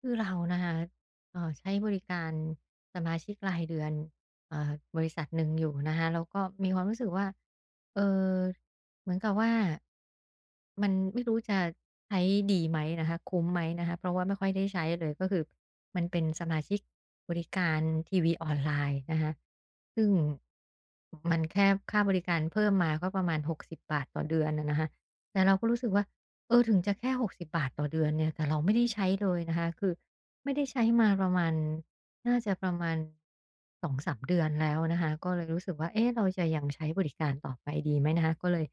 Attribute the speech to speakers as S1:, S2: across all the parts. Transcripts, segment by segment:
S1: คือเรานะคะใช้บริการสมาชิกรายเดือนเอ่อบริษัทหนึ่งอยู่นะคะแล้วก็มีความรู้สึกว่าเอ่อเหมือนกับว่ามันไม่รู้จะใช้ดีไหมนะคะคุ้มไหมนะคะเพราะว่าไม่ค่อยได้ใช้เลยก็คือมันเป็นสมาชิกบริการทีวีออนไลน์นะคะซึ่งมันแค่ค่าบริการเพิ่มมาก็ประมาณ60บบาทต่อเดือนอะนะคะแต่เราก็รู้สึกว่า เออถึงจะแค่60บบาทต่อเดือนเนี่ยแต่เราไม่ได้ใช้เลยนะคะคือไม่ได้ใช้มาประมาณน่าจะประมาณ2-3เดือนแล้วนะคะก็เลยรู้สึกว่าเอ๊ะเราจะยังใช้บริการต่อไปดีไหมนะคะก็เลย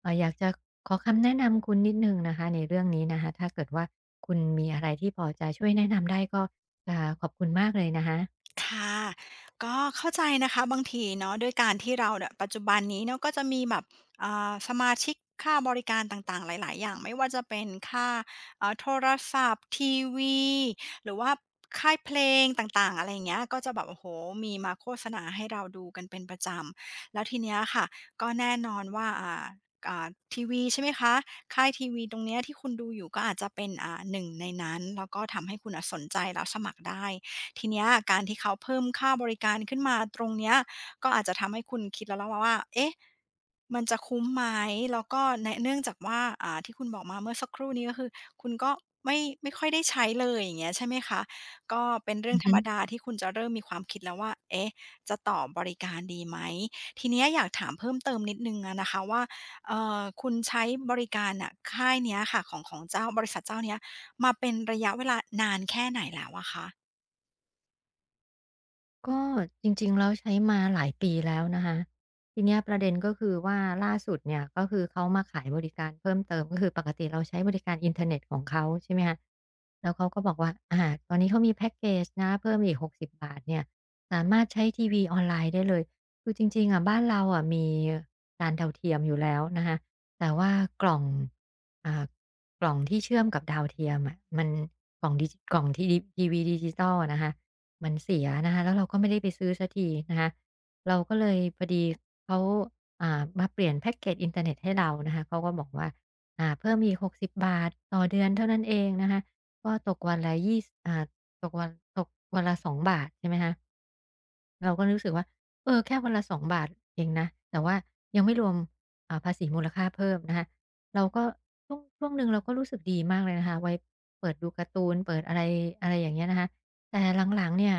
S1: อยากจะขอคำแนะนำคุณนิดหนึ่งนะคะในเรื่องนี้นะคะถ้าเกิดว่าคุณมีอะไรที่พอจะช่วยแนะนำได้ก็จะขอบคุณมากเลยนะคะ
S2: ค่ะก็เข้าใจนะคะบางทีเนาะด้วยการที่เราเนี่ยปัจจุบันนี้เนาะก็จะมีแบบสมาชิกค่าบริการต่างๆหลายๆอย่างไม่ว่าจะเป็นค่าโทรศัพท์ทีวีหรือว่าค่ายเพลงต่างๆอะไรอย่างเงี้ยก็จะแบบโอ้โหมีมาโฆษณาให้เราดูกันเป็นประจำแล้วทีเนี้ยค่ะก็แน่นอนว่าอ่าทีวีใช่ไหมคะค่ายทีวีตรงเนี้ยที่คุณดูอยู่ก็อาจจะเป็นหนึ่งในนั้นแล้วก็ทำให้คุณอะสนใจแล้วสมัครได้ ทีเนี้ยการที่เขาเพิ่มค่าบริการขึ้นมาตรงเนี้ยก็อาจจะทำให้คุณคิดแล้วล่ะว่าเอ๊ะมันจะคุ้มไหมแล้วก็แนะเนื่องจากว่าที่คุณบอกมาเมื่อสักครู่นี้ก็คือคุณก็ไม่ไม่ค่อยได้ใช้เลยอย่างเงี้ยใช่ไหมคะก็เป็นเรื่
S1: อื
S2: อง
S1: อ
S2: ธร
S1: ฮึ
S2: รมดาที่คุณจะเริ่มมีความคิดแล้วว่าเอ๊ะจะต่อบริการดีไหมทีเนี้ยอยากถามเพิ่มเติมนิดหนึ่งอะนะคะว่าคุณใช้บริการน่ะค่ายเนี้ยค่ะของเจ้าบริษัทเจ้าเนี้ยมาเป็นระยะเวลานานแค่ไหนแล้วอะคะ
S1: ก็จริงๆแล้วใช้มาหลายปีแล้วนะคะทีเนี้ยประเด็นก็คือว่าล่าสุดเนี่ยก็คือเขามาขายบริการเพิ่มเติมก็คือปกติเราใช้บริการอินเทอร์เน็ตของเขาใช่ไหมคะแล้วเขาก็บอกว่าอาตอนนี้เขามีแพ็กเกจนะเพิ่มอีก60บบาทเนี่ยสามารถใช้ทีวีออนไลน์ได้เลยคือจริงๆอะบ้านเราอะมีจานดาวเทียมอยู่แล้วนะคะแต่ว่ากล่องอ่ากล่องที่เชื่อมกับดาวเทียมอะมันกล่องดิจิกล่องทีทีวีดิจิทัลอะนะคะ มันเสียนะคะแล้วเราก็ไม่ได้ไปซื้อสักทีนะคะเราก็เลยพอดีเขามาเปลี่ยนแพ็กเกจอินเทอร์เน็ตให้เรานะคะเขาก็บอกว่าเพิ่มอีก60บบาทต่อเดือนเท่านั้นเองนะคะก็ตกวันละยี่อ่าตกวันตกวันละ2บาทใช่ไหมคะ เราก็รู้สึกว่าเออแค่วันละ2บาทเองนะแต่ว่ายังไม่รวมภาษีมูลค่าเพิ่มนะคะเราก็ช่วงหนึ่งเราก็รู้สึกดีมากเลยนะคะไว้เปิดดูการ์ตูนเปิดอะไรอะไรอย่างเงี้ยนะคะแต่หลังๆเนี่ย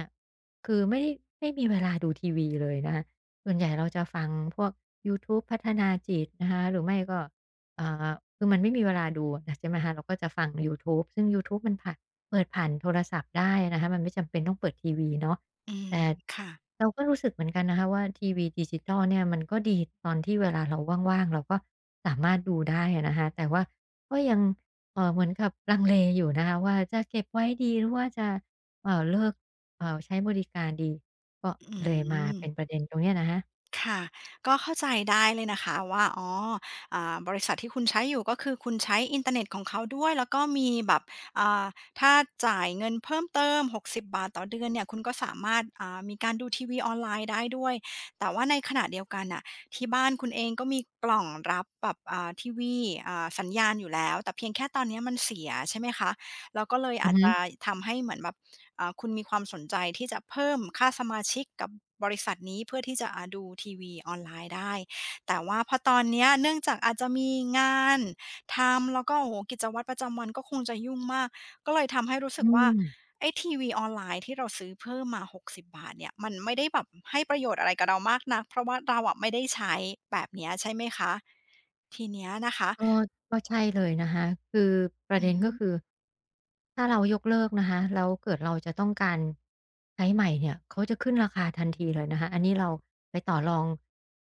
S1: คือไม่มีเวลาดูทีวีเลยนะคะส่วนใหญ่เราจะฟังพวกยูทูบพัฒนาจิตนะคะหรือไม่ก็อ่าคือมันไม่มีเวลาดูอะใช่ไหมคะเราก็จะฟังยูทูบซึ่งยูทูบมันผ่านเปิดผ่านโทรศัพท์ได้นะคะมันไม่จำเป็นต้องเปิดทีวีเนาะ
S2: อืม
S1: แต่
S2: ค่ะ
S1: เราก็รู้สึกเหมือนกันนะคะว่าทีวีดิจิทัลเนี่ยมันก็ดีตอนที่เวลาเราว่างๆเราก็สามารถดูได้อะนะคะแต่ว่าก็ยังเหมือนกับลังเลอยู่นะคะว่าจะเก็บไว้ดีหรือว่าจะเลิกใช้บริการดีก็
S2: อื
S1: เลยมา
S2: ม
S1: เป็นประเด็นตรงเนี้ยนะคะ
S2: ค่ะก็เข้าใจได้เลยนะคะว่าอ๋อบริษัทที่คุณใช้อยู่ก็คือคุณใช้อินเทอร์เน็ตของเขาด้วยแล้วก็มีแบบอ่าถ้าจ่ายเงินเพิ่มเติม60บบาทต่อเดือนเนี่ยคุณก็สามารถมีการดูทีวีออนไลน์ได้ด้วยแต่ว่าในขณะเดียวกันน่ะที่บ้านคุณเองก็มีกล่องรับแบบทีวีสัญญาณอยู่แล้วแต่เพียงแค่ตอนเนี้ยมันเสียใช่ไหมคะแล้วก็เลย
S1: อือ
S2: อาจ
S1: ฮึ
S2: จะทำให้เหมือนแบบ คุณมีความสนใจที่จะเพิ่มค่าสมาชิกกับบริษัทนี้เพื่อที่จะดูทีวีออนไลน์ได้แต่ว่าพอตอนเนี้ยเนื่องจากอาจจะมีงานทำแล้วก็โอ้โหกิจวัตรประจำวันก็คงจะยุ่งมากก็เลยทำให้รู้สึ
S1: อื
S2: กว่า
S1: ม
S2: ไอ้ทีวีออนไลน์ที่เราซื้อเพิ่มมา60บบาทเนี่ยมันไม่ได้แบบให้ประโยชน์อะไรกับเรามากนักเพราะว่าเราอะไม่ได้ใช้แบบเนี้ยใช่ไหมคะทีเนี้ยนะคะ
S1: ก็ก็ใช่เลยนะคะคือประ
S2: อื
S1: เด็นก็
S2: ม
S1: คือถ้าเรายกเลิกนะคะแล้วเกิดเราจะต้องการใช้ใหม่เนี่ยเขาจะขึ้นราคาทันทีเลยนะคะอันนี้เราไปต่อรอง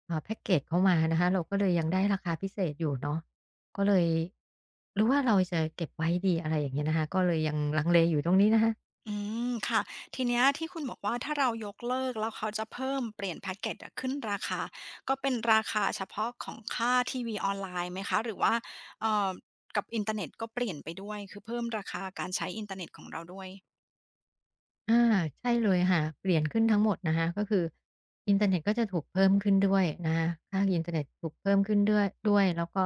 S1: แพ็กเกจเขามานะคะเราก็เลยยังได้ราคาพิเศษอยู่เนาะก็เลยหรือว่าเราจะเก็บไว้ดีอะไรอย่างเงี้ยนะคะก็เลยยังลังเลอยู่ตรงนี้นะคะ
S2: อืมค่ะทีเนี้ยที่คุณบอกว่าถ้าเรายกเลิกแล้วเขาจะเพิ่มเปลี่ยนแพ็กเกจอะขึ้นราคาก็เป็นราคาเฉพาะของค่าทีวีออนไลน์ไหมคะหรือว่าเอ่อกับอินเทอร์เน็ตก็เปลี่ยนไปด้วยคือเพิ่มราคาการใช้อินเทอร์เน็ตของเราด้วย
S1: อาใช่เลยค่ะเปลี่ยนขึ้นทั้งหมดนะคะก็คืออินเทอร์เน็ตก็จะถูกเพิ่มขึ้นด้วยนะคะค่าอินเทอร์เน็ตถูกเพิ่มขึ้นด้วยแล้วก็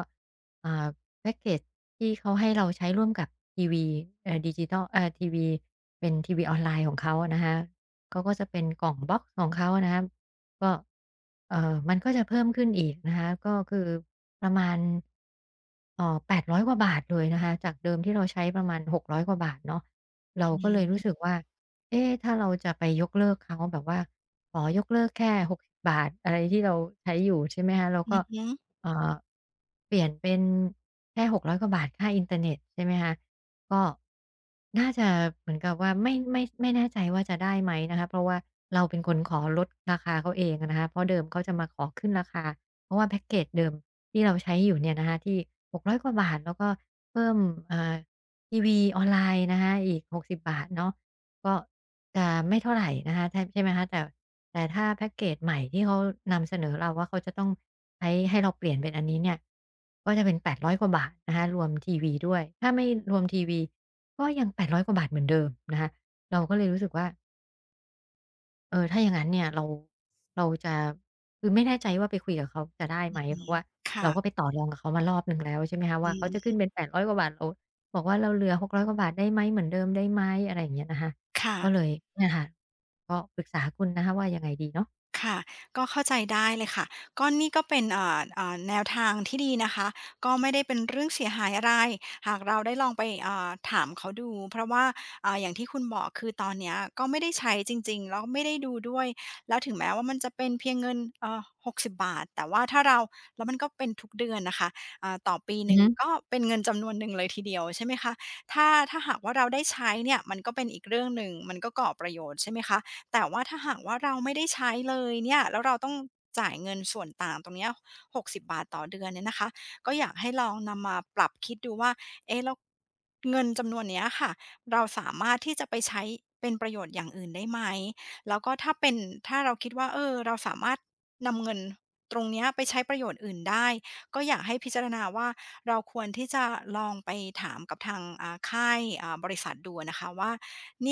S1: อ่าแพ็กเกจที่เขาให้เราใช้ร่วมกับทีวีเอ่อดิจิตอลเอ่อทีวีเป็นทีวีออนไลน์ของเขานะคะเขาก็จะเป็นกล่องบ็อกซ์ของเขาอะนะคะก็มันก็จะเพิ่มขึ้นอีกนะคะก็คือประมาณเอ่อ800กว่าบาทเลยนะคะจากเดิมที่เราใช้ประมาณหกร้อยกว่าบาทเนาะเรา
S2: อื
S1: ก็เลยรู้สึก
S2: ม
S1: ว่า เอ๊ะถ้าเราจะไปยกเลิกเขาแบบว่าขอยกเลิกแค่6ิบบาทอะไรที่เราใช้อยู่ใช่ไหมคะแล้ว
S2: อื
S1: ก็
S2: ม
S1: เอ่อเปลี่ยนเป็นแค่600กร้อยกว่าบาทค่าอินเทอร์เน็ตใช่ไหมคะก็น่าจะเหมือนกับว่าไม่แน่ใจว่าจะได้ไหมนะคะเพราะว่าเราเป็นคนขอลดราคาเขาเองอะนะคะเพราะเดิมเขาจะมาขอขึ้นราคาเพราะว่าแพ็กเกจเดิมที่เราใช้อยู่เนี่ยนะคะที่600กร้อยกว่าบาทแล้วก็เพิ่มอ่าทีวีออนไลน์นะคะอีก60บบาทเนาะ ก็จะไม่เท่าไหร่นะคะใช่ไหมคะแต่ถ้าแพ็กเกจใหม่ที่เขานำเสนอเราว่าเขาจะต้องใช้ให้เราเปลี่ยนเป็นอันนี้เนี่ยก็จะเป็น800กว่าบาทนะคะรวมทีวีด้วยถ้าไม่รวมทีวีก็ยัง800กว่าบาทเหมือนเดิมนะคะเราก็เลยรู้สึกว่า เออถ้าอย่างนั้นเนี่ยเราจะคือไม่แน่ใจว่าไปคุยกับเขาจะได้
S2: อื
S1: ไหมเพ
S2: ม
S1: ราะว่าเราก็ไป
S2: ค่ะ
S1: ต่อรองกับเขามารอบหนึ่งแล้วใช่ไหมคะ
S2: อื
S1: ว่าเขาจะขึ้
S2: ม
S1: นเป็นแปดร้อยกว่าบาทเราบอกว่าเราเหลือหกร้อยกว่าบาทได้ไหมเหมือนเดิมได้ไหมอะไรอย่างเงี้ยนะคะก็เล
S2: ค่ะ
S1: ยเนี่ยค่ะก็ปรึกษาคุณนะคะว่ายังไงดีเนาะ
S2: ค่ะก็เข้าใจได้เลยค่ะก็นี่ก็เป็นแนวทางที่ดีนะคะก็ไม่ได้เป็นเรื่องเสียหายอะไรหากเราได้ลองไปเอ่าถามเขาดูเพราะว่าเอ่าอย่างที่คุณบอกคือตอนเนี้ยก็ไม่ได้ใช้จริงๆแล้วไม่ได้ดูด้วยแล้วถึงแม้ว่ามันจะเป็นเพียงเงิน60บบาทแต่ว่าถ้าเราแล้วมันก็เป็นทุกเดือนนะค่ะเอ่าต่อปีห
S1: อือ
S2: นึ่ง
S1: ฮึ
S2: ก็เป็นเงินจำนวนหนึ่งเลยทีเดียวใช่ไหมคะถ้าหากว่าเราได้ใช้เนี่ยมันก็เป็นอีกเรื่องหนึ่งมันก็ก่อประโยชน์ใช่ไหมคะ แต่ว่าถ้าหากว่าเราไม่ได้ใช้เลยเนี่ยแล้วเราต้องจ่ายเงินส่วนต่างตรงเนี้ย60บบาทต่อเดือนเนี่ยนะคะก็อยากให้ลองนำมาปรับคิดดูว่าเอ๊ะแล้วเงินจำนวนเนี้ยค่ะเราสามารถที่จะไปใช้เป็นประโยชน์อย่างอื่นได้ไหมแล้วก็ถ้าเป็นถ้าเราคิดว่าเออเราสามารถนำเงินตรงเนี้ยไปใช้ประโยชน์อื่นได้ก็อยากให้พิจารณาว่าเราควรที่จะลองไปถามกับทางค่ายบริษัทดูอะนะคะว่าเน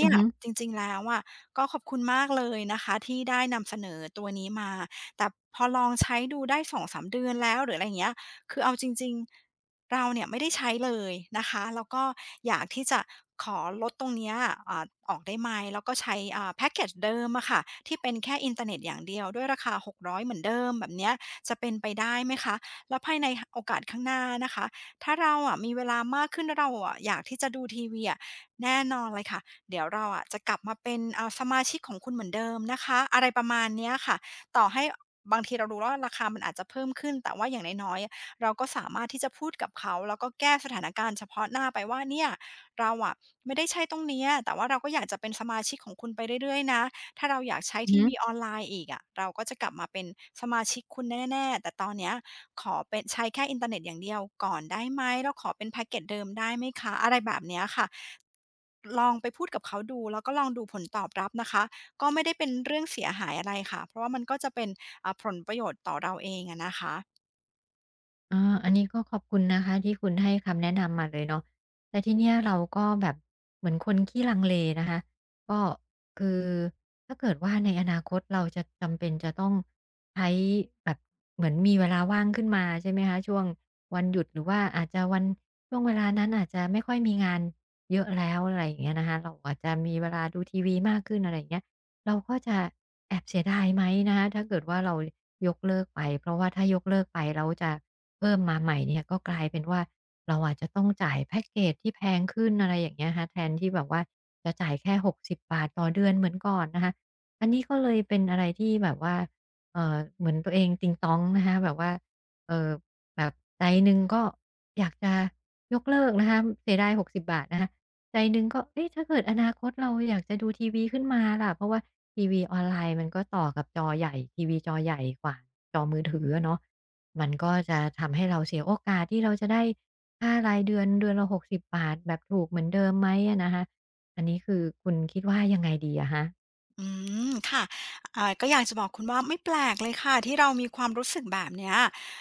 S1: อื
S2: ี่
S1: อ
S2: ย
S1: ฮึ
S2: จริงๆแล้วอะ ก็ขอบคุณมากเลยนะคะที่ได้นำเสนอตัวนี้มา แต่พอลองใช้ดูได้สองสามเดือนแล้วหรืออะไรอย่างเงี้ยคือเอาจริงๆเราเนี่ยไม่ได้ใช้เลยนะคะแล้วก็อยากที่จะขอลดตรงเนี้ยออกได้ไหมแล้วก็ใช้แพ็กเกจเดิมอะค่ะที่เป็นแค่อินเทอร์เน็ตอย่างเดียวด้วยราคา 600 เหมือนเดิมแบบเนี้ยจะเป็นไปได้ไหมคะ แล้วภายในหโอกาสข้างหน้านะคะถ้าเราอะมีเวลามากขึ้นแล้วเราอะอยากที่จะดูทีวีอะแน่นอนเลยค่ะ เดี๋ยวเราอะจะกลับมาเป็นสมาชิกของคุณเหมือนเดิมนะคะอะไรประมาณเนี้ยค่ะต่อให้บางทีเรารู้ว่าราคามันอาจจะเพิ่มขึ้นแต่ว่าอย่างน้อยๆเราก็สามารถที่จะพูดกับเขาแล้วก็แก้สถานการณ์เฉพาะหน้าไปว่าเนี่ยเราอะไม่ได้ใช้ตรงเนี้ยแต่ว่าเราก็อยากจะเป็นสมาชิกของคุณไปเรื่อยๆนะถ้าเราอยากใช้
S1: อือ
S2: ที
S1: ฮึ
S2: วีออนไลน์อีกอะเราก็จะกลับมาเป็นสมาชิกคุณแน่ๆแต่ตอนเนี้ย ขอเป็นใช้แค่อินเทอร์เน็ตอย่างเดียวก่อนได้ไหมแล้วขอเป็นแพ็กเกจเดิมได้ไหมคะอะไรแบบเนี้ยค่ะลองไปพูดกับเขาดูแล้วก็ลองดูผลตอบรับนะคะก็ไม่ได้เป็นเรื่องเสียหายอะไรค่ะเพราะว่ามันก็จะเป็นผลประโยชน์ต่อเราเองอะนะคะ
S1: อาอันนี้ก็ขอบคุณนะคะที่คุณให้คำแนะนำมาเลยเนาะแต่ทีเนี้ยเราก็แบบเหมือนคนขี้ลังเลนะคะ ก็คือถ้าเกิดว่าในอนาคตเราจะจำเป็นจะต้องใช้แบบเหมือนมีเวลาว่างขึ้นมาใช่ไหมคะช่วงวันหยุดหรือว่าอาจจะวันช่วงเวลานั้นอาจจะไม่ค่อยมีงานเยอะแล้วอะไรอย่างเงี้ยนะคะเราอาจจะมีเวลาดูทีวีมากขึ้นอะไรอย่างเงี้ยเราก็จะแอบเสียดายไหมนะคะถ้าเกิดว่าเรายกเลิกไปเพราะว่าถ้ายกเลิกไปเราจะ เพิ่มมาใหม่เนี่ยก็กลายเป็นว่าเราอาจจะต้องจ่ายแพ็กเกจที่แพงขึ้นอะไรอย่างเงี้ยครับแทนที่แบบว่าจะจ่ายแค่60บบาทต่อเดือนเหมือนก่อนนะคะอันนี้ก็เลยเป็นอะไรที่แบบว่าเหมือนตัวเองติงต๊องนะคะแบบว่าเอ่อแบบใจหนึ่งก็อยากจะยกเลิกนะคะเสียดาย60บบาทนะคะใจหนึ่งก็เอ๊ะถ้าเกิดอนาคตเราอยากจะดูทีวีขึ้นมาล่ะเพราะว่าทีวีออนไลน์มันก็ต่อกับจอใหญ่ทีวีจอใหญ่กว่าจอมือถืออะเนาะ มันก็จะทำให้เราเสียโอกาสที่เราจะได้ค่ารายเดือนเดือนละ60บบาทแบบถูกเหมือนเดิมไหมอะนะคะอันนี้คือคุณคิดว่ายังไงดีอะคะ
S2: อืมค่ะก็อยากจะบอกคุณว่าไม่แปลกเลยค่ะที่เรามีความรู้สึกแบบเนี้ย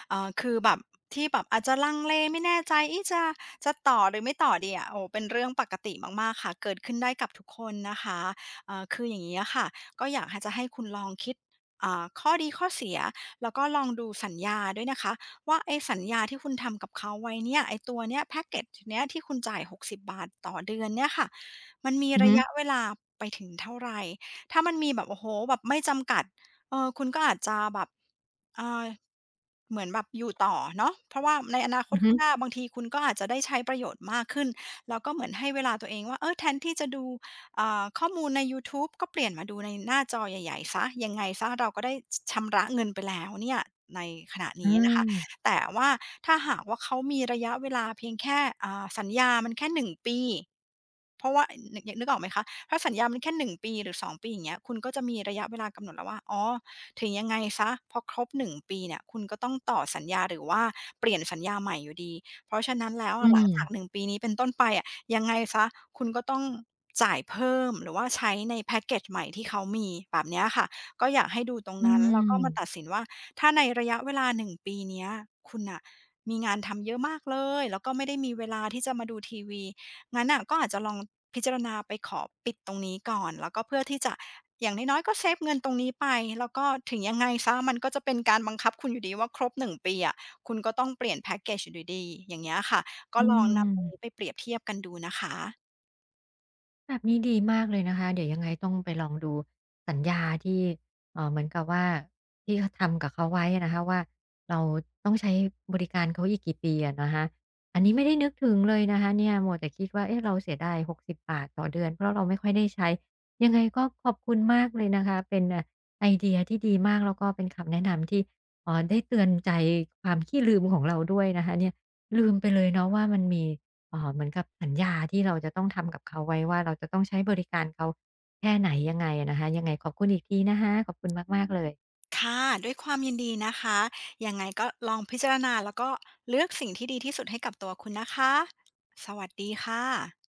S2: คือแบบที่แบบอาจจะลังเลไม่แน่ใจเอ๊ะจะต่อหรือไม่ต่อดีอะโอ้เป็นเรื่องปกติมากๆค่ะเกิดขึ้นได้กับทุกคนนะคะคืออย่างงี้อะค่ะก็อยากให้คุณลองคิดข้อดีข้อเสียแล้วก็ลองดูสัญญาด้วยนะคะว่าไอ้สัญญาที่คุณทำกับเขาไว้เนี่ยไอ้ตัวเนี้ยแพ็กเกจเนี้ยที่คุณจ่าย60บบาทต่อเดือนเนี่ยค่ะมันมี
S1: อือ
S2: ระ
S1: ฮึ
S2: ยะเวลาไปถึงเท่าไร ถ้ามันมีแบบโอ้โหแบบไม่จำกัดเออคุณก็อาจจะแบบเออเหมือนแบบอยู่ต่อเนาะเพราะว่าในอนาค
S1: อื
S2: ต
S1: อฮึ
S2: ข้างหน้าบางทีคุณก็อาจจะได้ใช้ประโยชน์มากขึ้น แล้วก็เหมือนให้เวลาตัวเองว่าเออแทนที่จะดูข้อมูลในยูทูบก็เปลี่ยนมาดูในหน้าจอใหญ่ๆซะยังไงซะเราก็ได้ชำระเงินไปแล้วเนี่ยในขณะ
S1: อ
S2: นี้นะคะ
S1: า
S2: แต่ว่าถ้าหากว่าเขามีระยะเวลาเพียงแค่สัญญามันแค่หนึ่งปีเพราะว่านึกออกไหมคะ ถ้าสัญญามันแค่1ปีหรือ2ปีอย่างเงี้ยคุณก็จะมีระยะเวลากำหนดแล้วว่าอ๋อถึงยังไงเสียพอครบ1ปีเนี่ยคุณก็ต้องต่อสัญญาหรือว่าเปลี่ยนสัญญาใหม่อยู่ดีเพราะฉะนั้นแล้ว
S1: อื
S2: อะหลังจาก
S1: ม
S2: 1ปีนี้เป็นต้นไปอะยังไงเสียคุณก็ต้องจ่ายเพิ่มหรือว่าใช้ในแพ็กเกจใหม่ที่เขามีแบบเนี้ยค่ะก็อยากให้ดูตรง
S1: อื
S2: นั้นแล้วก็
S1: ม
S2: มาตัดสินว่าถ้าในระยะเวลาหนึ่งปีเนี้ยคุณน่ะมีงานทำเยอะมากเลยแล้วก็ไม่ได้มีเวลาที่จะมาดูทีวี งั้นน่ะก็อาจจะลองพิจารณาไปขอปิดตรงนี้ก่อนแล้วก็เพื่อที่จะอย่างน้อยๆก็เซฟเงินตรงนี้ไปแล้วก็ถึงยังไงซะมันก็จะเป็นการบังคับคุณอยู่ดีว่าครบหนึ่งปีอะคุณก็ต้องเปลี่ยนแพ็กเกจอยู่ดีๆอย่างเงี้ยค่ะก็
S1: อื
S2: ลองนำตรงนี้
S1: ม
S2: ไปเปรียบเทียบกันดูนะคะ
S1: แบบนี้ดีมากเลยนะคะ เดี๋ยวยังไงต้องไปลองดูสัญญาที่เหมือนกับว่าที่เขาทำกับเขาไว้นะคะว่าเราต้องใช้บริการเขาอีกกี่ปีอะนะคะอันนี้ไม่ได้นึกถึงเลยนะคะเนี่ยมัวแต่คิดว่าเอ๊ะเราเสียดาย60บบาทต่อเดือนเพราะเราไม่ค่อยได้ใช้ยังไงก็ขอบคุณมากเลยนะคะเป็นอ่าไอเดียที่ดีมากแล้วก็เป็นคำแนะนำที่ได้เตือนใจความขี้ลืมของเราด้วยนะคะเนี่ยลืมไปเลยเนาะว่ามันมี เหมือนกับสัญญาที่เราจะต้องทำกับเขาไว้ว่าเราจะต้องใช้บริการเขาแค่ไหนยังไงอะนะคะยังไงขอบคุณอีกทีนะคะขอบคุณมากๆเลย
S2: ค่ะด้วยความยินดีนะคะยังไงก็ลองพิจารณาแล้วก็เลือกสิ่งที่ดีที่สุดให้กับตัวคุณนะคะสวัสดีค่ะ